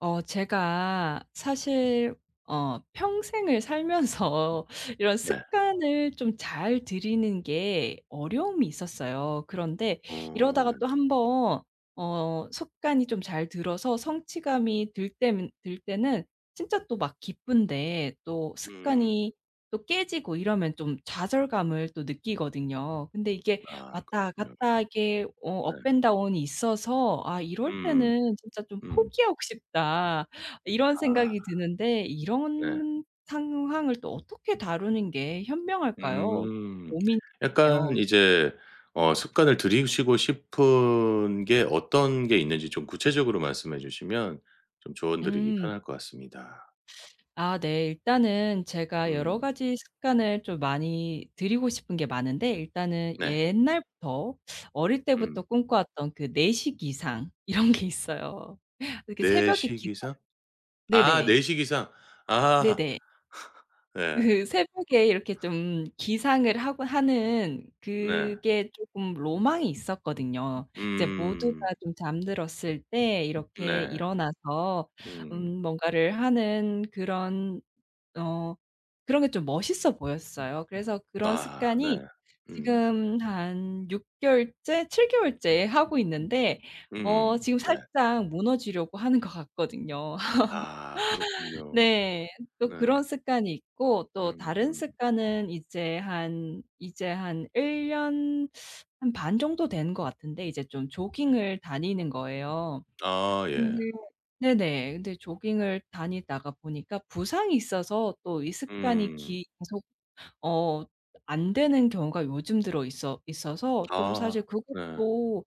제가 사실 평생을 살면서 이런 네. 습관을 좀 잘 들이는 게 어려움이 있었어요. 그런데 이러다가 네. 또 한번 습관이 좀 잘 들어서 성취감이 들 때는 진짜 또 막 기쁜데 또 음. 습관이 또 깨지고 이러면 좀 좌절감을 또 느끼거든요. 근데 이게 아, 왔다 그렇군요. 갔다 이게 네. 업앤 다운이 있어서 '아 이럴 음. 때는 진짜 좀 음. 포기하고 싶다.' 이런 아, 생각이 드는데 네. 이런 상황을 또 어떻게 다루는 게 현명할까요? 음. 약간 고민이네요. 이제 습관을 들이시고 싶은 게 어떤 게 있는지 좀 구체적으로 말씀해 주시면 좀 조언 드리기 음. 편할 것 같습니다. 아 네. 일단은 제가 여러 음. 가지 습관을 좀 많이 들이고 싶은 게 많은데 일단은 네. 옛날부터 어릴 음. 때부터 꿈꿔왔던 그내시 기상 이런 게 있어요. 이렇게 네, 새벽에 시 기상 기상? 아, 네네. 네, 시 기상. 아. 네네. 네. 그 새벽에 이렇게 좀 기상을 하고 하는 네. 그게 조금 로망이 있었거든요. 이제 모두가 음. 좀 잠들었을 때 이렇게 네. 일어나서 음. 뭔가를 하는 그런 어 그런 게 좀 멋있어 보였어요. 그래서 그런 아, 습관이 네. 음. 지금 한 6개월째 개월째, 7개월째 개월째 하고 있는데 음. 지금 네. 살짝 무너지려고 하는 것 같거든요. 아, 그렇군요. 네. 또 네. 그런 습관이 있고 또 음 다른 음. 습관은 이제 한 1년 년 한 반 정도 된 것 같은데 이제 좀 조깅을 다니는 거예요. 아, 예. 근데 네네. 근데 조깅을 다니다가 보니까 부상이 있어서 또 이 습관이 음. 기 계속 어 안 되는 경우가 요즘 들어 있어서 좀 아, 사실 네. 그것도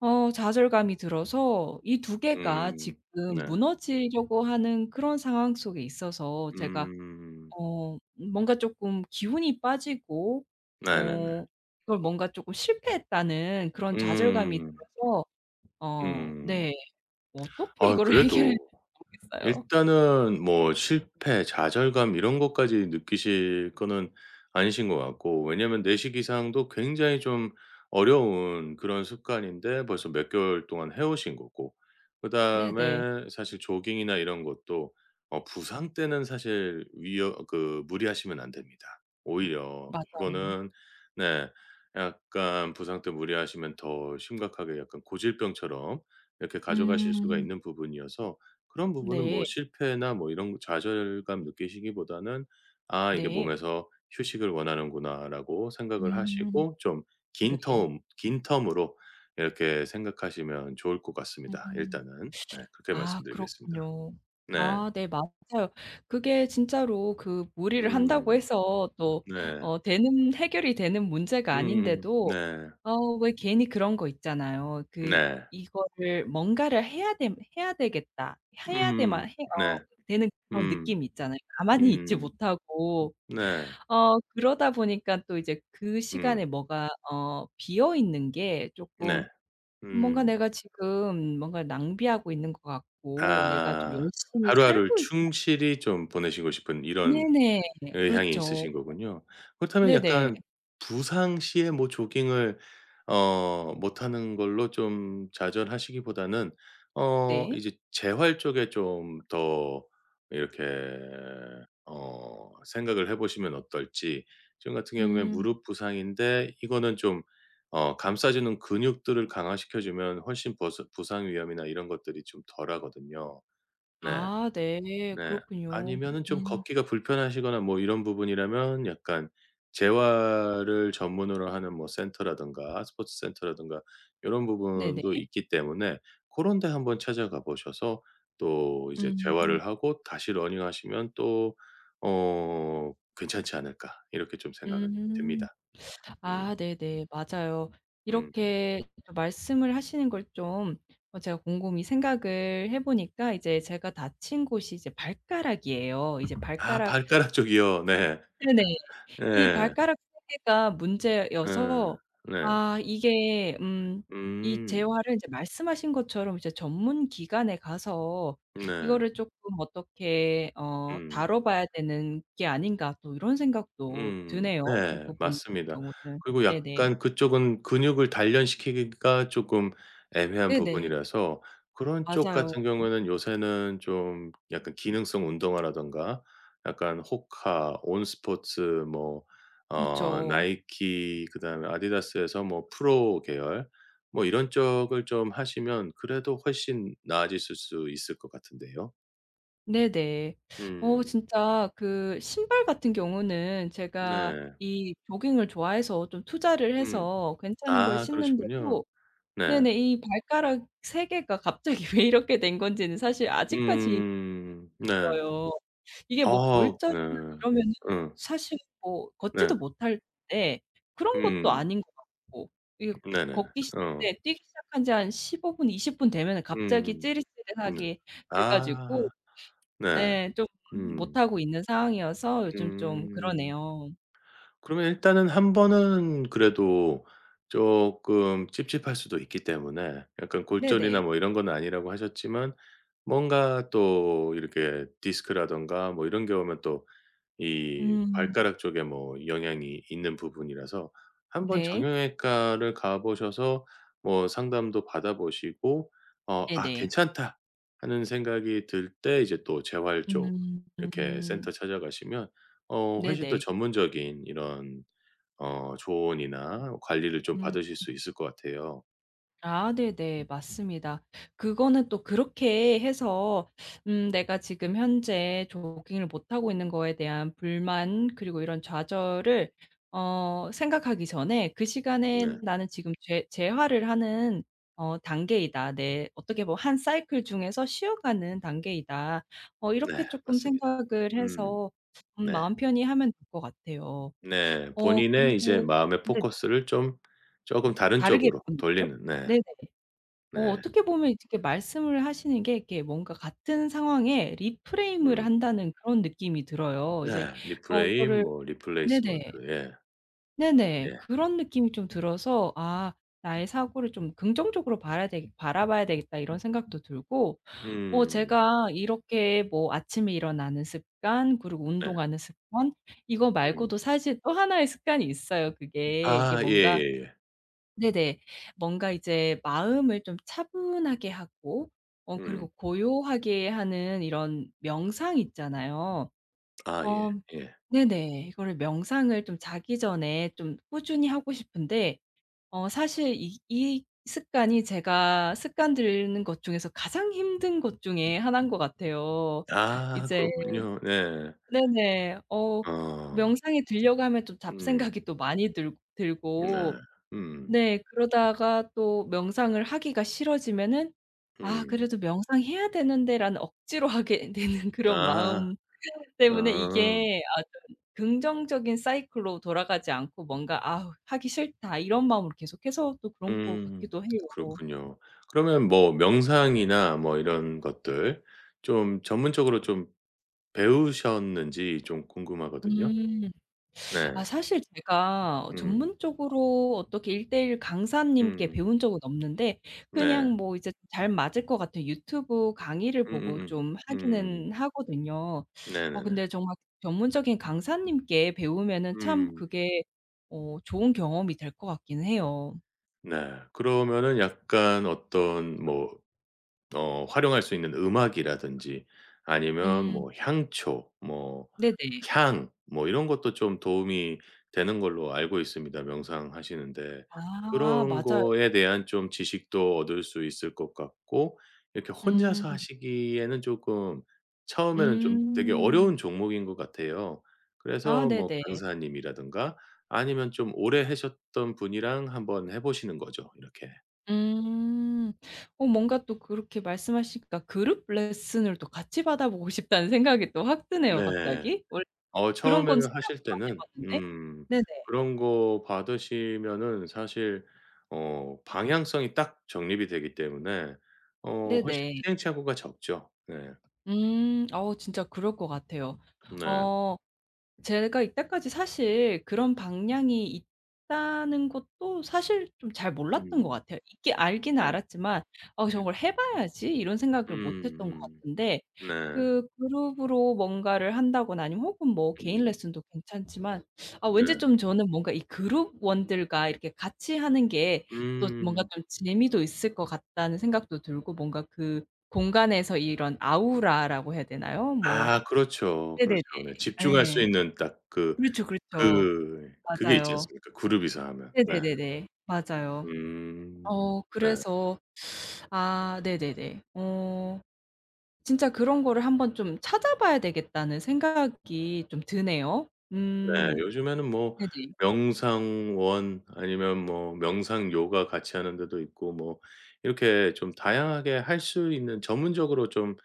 좌절감이 들어서 이 두 개가 음. 지금 네. 무너지려고 하는 그런 상황 속에 있어서 제가 음. 어 뭔가 쪼끔 기운이 빠지고 네네네. 어 이걸 뭔가 쪼끔 실패했다는 그런 좌절감이 음. 들어서 음. 네. 어떻게 아, 이거를 해결해야 그래도 될지 모르겠어요. 일단은 뭐 실패, 좌절감 이런 것까지 느끼실 거는 아니신 것 같고, 왜냐면 내시기상도 굉장히 좀 어려운 그런 습관인데 벌써 몇 개월 동안 해 오신 거고, 네네. 그다음에 사실 조깅이나 이런 것도 부상 때는 사실 위험 그 무리하시면 안 됩니다. 오히려 맞아요. 이거는, 네, 약간 부상 때 무리하시면 더 심각하게 약간 고질병처럼 이렇게 가져가실 수가 음. 있는 부분이어서 그런 부분은 뭐 네. 실패나 뭐 이런 좌절감 느끼시기보다는 '아, 이게 네. 몸에서 휴식을 원하는구나.'라고 생각을 음. 하시고 좀 긴 네. 텀, 긴 텀으로 이렇게 생각하시면 좋을 것 같습니다 음. 일단은. 네, 그렇게 아 말씀드리겠습니다. 그렇군요. 네. 아 네 맞아요. 그게 진짜로 그 무리를 한다고 음. 해서 또 네. 되는 해결이 되는 문제가 음음. 아닌데도 네. 왜 괜히 그런 거 있잖아요. 그 네. 이거를 뭔가를 해야 되겠다. 해야 음음. 돼만 해 어 네. 되는 그런 음. 느낌이 있잖아요. 가만히 있지 음. 못하고. 네. 그러다 보니까 또 이제 그 음. 시간에 뭐가 비어 있는 게 조금 네. 뭔가 음. 내가 지금 뭔가 낭비하고 있는 것 같고 내가 좀 아. 열심히 하루하루를 살고 있지 충실히 좀 보내시고 싶은 이런 네네. 의향이 그렇죠. 있으신 거군요. 그렇다면 네네. 약간 부상 시에 뭐 조깅을 못하는 걸로 좀 좌절하시기보다는 네. 이제 재활 쪽에 좀 더 이렇게 생각을 해 보시면 어떨지. 지금 같은 경우에 음. 무릎 부상인데, 이거는 좀 감싸 주는 근육들을 강화시켜 주면 훨씬 버스 부상 위험이나 이런 것들이 좀 덜하거든요. 네. 아 네. 네. 그렇군요. 아니면은 좀 음. 걷기가 불편하시거나 뭐 이런 부분이라면 약간 재활을 전문으로 하는 뭐 센터라든가 스포츠 센터라든가 요런 네네. 부분도 있기 때문에 고런 데 한번 찾아가 보셔서 또 이제 음. 재활을 하고 다시 러닝하시면 또 '괜찮지 않을까.' 이렇게 좀 생각이 음. 듭니다. 음. 아 네네. 맞아요. 음음. 이렇게 좀 말씀을 하시는 걸 좀 제가 곰곰이 생각을 해 보니까 이제 제가 다친 곳이 이제 발가락이에요. 이제 아, 발가락 발가락 쪽이요. 네. 네네. 이 예. 발가락 3개 개가 예. 문제여서 네. 아 이게 이 음. 재활을 이제 말씀하신 것처럼 이제 전문 기관에 가서 네. 이거를 쪼끔 어떻게 음. 다뤄 봐야 되는 게 아닌가 또 이런 생각도 음. 드네요, 그 네. 부분 같은 맞습니다. 경우는. 그리고 네네. 약간 그쪽은 근육을 단련시키기가 쪼끔 애매한 네네. 부분이라서 그런 쪽 맞아요. 같은 경우에는 요새는 좀 약간 기능성 운동화라든가 약간 호카, 온스포츠, 뭐 그렇죠. 나이키, 그다음에 아디다스에서 뭐 프로 계열, 뭐 이런 쪽을 좀 하시면 그래도 훨씬 나아지실 수 있을 것 같은데요. 네네. 음. 진짜 그 신발 같은 경우는 제가 네. 이 조깅을 좋아해서 좀 투자를 음. 해서 괜찮은 걸 아, 그러시군요. 신는데도 네. 네네. 이 발가락 3개 개가 갑자기 왜 이렇게 된 건지는 사실 아직까지 음. 네. 몰라요. 이게 뭐 아, 골절이나 네. 이러면은 응. 사실 뭐 네. 걷지도 못할 텐데 그런 것도 음. 아닌 것 같고 이게 네네네. 걷기 시 네 어. 뛰기 시작한 지 한 15분 20분 되면은 갑자기 음. 네. 찌릿찌릿하게 돼 아. 가지고 네. 예 좀 음. 못하고 있는 상황이어서 요즘 좀 음. 그러네요. 그러면 일단은 한 번은 그래도 쪼끔 찝찝할 수도 있기 때문에, 약간 네네. 골절이나 뭐 이런 건 아니라고 하셨지만 뭔가 또 이렇게 디스크라든가 뭐 이런 게 오면 또 이 음 발가락 쪽에 뭐 영향이 있는 부분이라서 한번 네. 정형외과를 가 보셔서 뭐 상담도 받아 보시고 '아, 네네. 괜찮다.' 하는 생각이 들 때 이제 또 재활 쪽 음. 이렇게 센터 찾아가시면 훨씬 더 네네. 전문적인 이런 조언이나 관리를 좀 음. 받으실 수 있을 것 같아요. 아 네네. 맞습니다. 그거는 또 그렇게 해서 내가 지금 현재 조깅을 못하고 있는 거에 대한 불만 그리고 이런 좌절을 생각하기 전에 그 시간에 네. '나는 지금 재 재활을 하는 단계이다. 내 어떻게 보면 한 사이클 중에서 쉬어가는 단계이다.' 네. 이렇게 조금 맞습니다. 생각을 음. 해서 네. 마음 편히 하면 될 것 같아요. 네. 본인의 이제 그리고 마음의 네 포커스를 좀 조금 다른 다르게 쪽으로 보는 거죠? 돌리는, 네. 네네. 네. 어떻게 보면 이렇게 말씀을 하시는 게 이렇게 뭔가 같은 상황에 리프레임을 음. 한다는 그런 느낌이 들어요. 이제 네. 리프레임, 이거를 뭐 리플레이스먼트. 네네. 예. 네네. 예. 그런 느낌이 좀 들어서 '아 나의 사고를 좀 긍정적으로 봐야 되겠 바라봐야 되겠다.' 이런 생각도 들고 음. 제가 이렇게 뭐 아침에 일어나는 습관 그리고 네. 운동하는 습관 이거 음. 말고도 사실 또 하나의 습관이 있어요 그게. 이게 아, 뭔가 예예예. 네네. 뭔가 이제 마음을 좀 차분하게 하고 음. 그리고 고요하게 하는 이런 명상 있잖아요. 아, 예. 어 예. 네네. 이거를 명상을 좀 자기 전에 좀 꾸준히 하고 싶은데 사실 이 습관이 제가 습관 들이는 것 중에서 가장 힘든 것 중에 하나인 것 같아요. 아, 이제 그렇군요. 네. 네네. 어. 명상에 들려고 하면 좀 음. 잡생각이 또 많이 들 네. 들고 음. 네. 그러다가 또 명상을 하기가 싫어지면은 '아 음. 그래도 명상해야 되는데.'라는 억지로 하게 되는 그런 아. 마음 때문에 어. 이게 아 좀 긍정적인 사이클로 돌아가지 않고 뭔가 '아우 하기 싫다.' 이런 마음으로 계속해서 또 그런 것 음. 같기도 해요. 그렇군요. 그러면 뭐 명상이나 뭐 이런 것들 좀 전문적으로 좀 배우셨는지 좀 궁금하거든요. 음. 네. 아 사실 제가 음. 전문적으로 어떻게 1:1 강사님께 음. 배운 적은 없는데 네. 그냥 뭐 이제 잘 맞을 것 같은 유튜브 강의를 보고 음음음. 좀 음. 하기는 하거든요. 네네네. 근데 정말 전문적인 강사님께 배우면은 참 음. 그게 좋은 경험이 될 것 같긴 해요. 네. 그러면은 약간 어떤 뭐 활용할 수 있는 음악이라든지 아니면 음 뭐 향초, 뭐 네네. 향, 뭐 이런 것도 좀 도움이 되는 걸로 알고 있습니다 명상하시는데. 아 그런 맞아요. 거에 대한 좀 지식도 얻을 수 있을 것 같고, 이렇게 혼자서 음. 하시기에는 조금, 처음에는 좀 되게 음. 어려운 종목인 것 같아요. 아 그래서 뭐 네네. 강사님이라든가 아니면 좀 오래 하셨던 분이랑 한번 해 보시는 거죠, 이렇게. 음. 뭔가 또 그렇게 말씀하시니까 그룹 레슨을 또 같이 받아보고 싶다는 생각이 또 확 드네요 네. 갑자기. 원래 그런 건 처음에는 하실 생각도 안 해 때는 봤는데. 네네. 그런 거 받으시면은 사실 방향성이 딱 정립이 되기 때문에 훨씬 네네. 시행착오가 적죠. 네. 음. 진짜 그럴 것 같아요. 네. 어 제가 이때까지 사실 그런 방향이 있다는 것도 사실 좀 잘 몰랐던 것 음. 같아요. 있긴 알기는 네. 알았지만 '어 음. 저걸 해 봐야지.' 이런 생각을 못 했던 것 음. 같은데 네. 그 그룹으로 뭔가를 한다거나 아니면 혹은 뭐 개인 음. 레슨도 괜찮지만 아 네. 왠지 좀 저는 뭔가 이 그룹원들과 이렇게 같이 하는 게 또 뭔가 음. 좀 재미도 있을 것 같다는 생각도 들고 뭔가 그 공간에서 이런 아우라라고 해야 되나요? 뭐 아, 그렇죠. 네네네. 그렇죠. 네. 집중할 수 예. 있는 딱 그렇죠, 그렇죠. 그게 있지 맞아요. 않습니까? 그룹이서 하면. 네. 네네네네. 맞아요. 음. 네. 그래서 아 네네네. 진짜 그런 거를 한번 좀 찾아봐야 되겠다는 생각이 좀 드네요. 네. 음. 요즘에는 뭐 네네. 명상원 아니면 뭐 명상 요가 같이 하는 데도 있고, 뭐 이렇게 좀 다양하게 할 수 있는 전문적으로 좀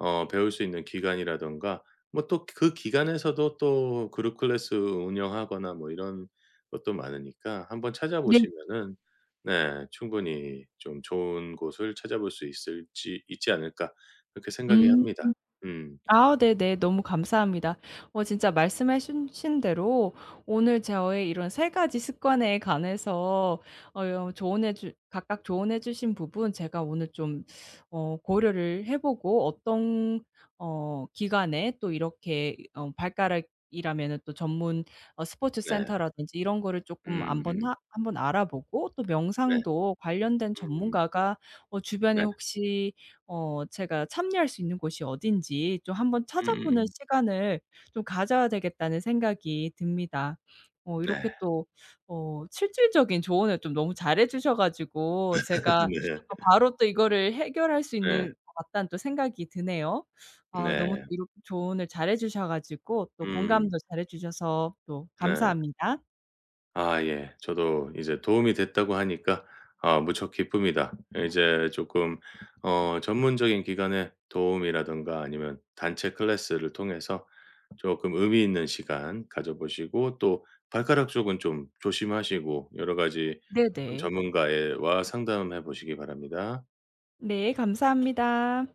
배울 수 있는 기간이라든가 뭐 또 그 기간에서도 또 그룹 클래스 운영하거나 뭐 이런 것도 많으니까 한번 네. 찾아보시면은, 네, 충분히 좀 좋은 곳을 찾아볼 수 있을지 있지 않을까 그렇게 생각이 음. 합니다. 음. 아 네네. 너무 감사합니다. 진짜 말씀해 주신 대로 오늘 저의 이런 세 가지 습관에 관해서 조언해 주 각각 조언해 주신 부분 제가 오늘 좀 고려를 해 보고 어떤 기간에 또 이렇게 발가락이라면은 또 전문 스포츠 네. 센터라든지 이런 거를 조금 한번 음음. 하 한번 알아보고 또 네. 명상도 관련된 음. 전문가가 네. 주변에 혹시 제가 참여할 수 있는 곳이 어딘지 좀 한번 찾아보는 음음음. 시간을 좀 가져야 되겠다는 생각이 듭니다. 이렇게 네. 또 실질적인 조언을 좀 너무 잘해 주셔 가지고 제가 네. 아 바로 또 이거를 해결할 수 네. 있는 것 같다는 또 생각이 드네요. 아 너무 네. 또 이렇게 조언을 잘해 주셔 가지고 또 음. 공감도 잘해 주셔서 또 네. 감사합니다. 아, 예. 저도 이제 도움이 됐다고 하니까 아, 무척 기쁩니다. 이제 조금 전문적인 기관의 도움이라든가 아니면 단체 클래스를 통해서 조금 의미 있는 시간 가져 보시고, 또 발가락 쪽은 좀 조심하시고 여러 가지 좀 네네. 전문가와 상담해 보시기 바랍니다. 네 감사합니다.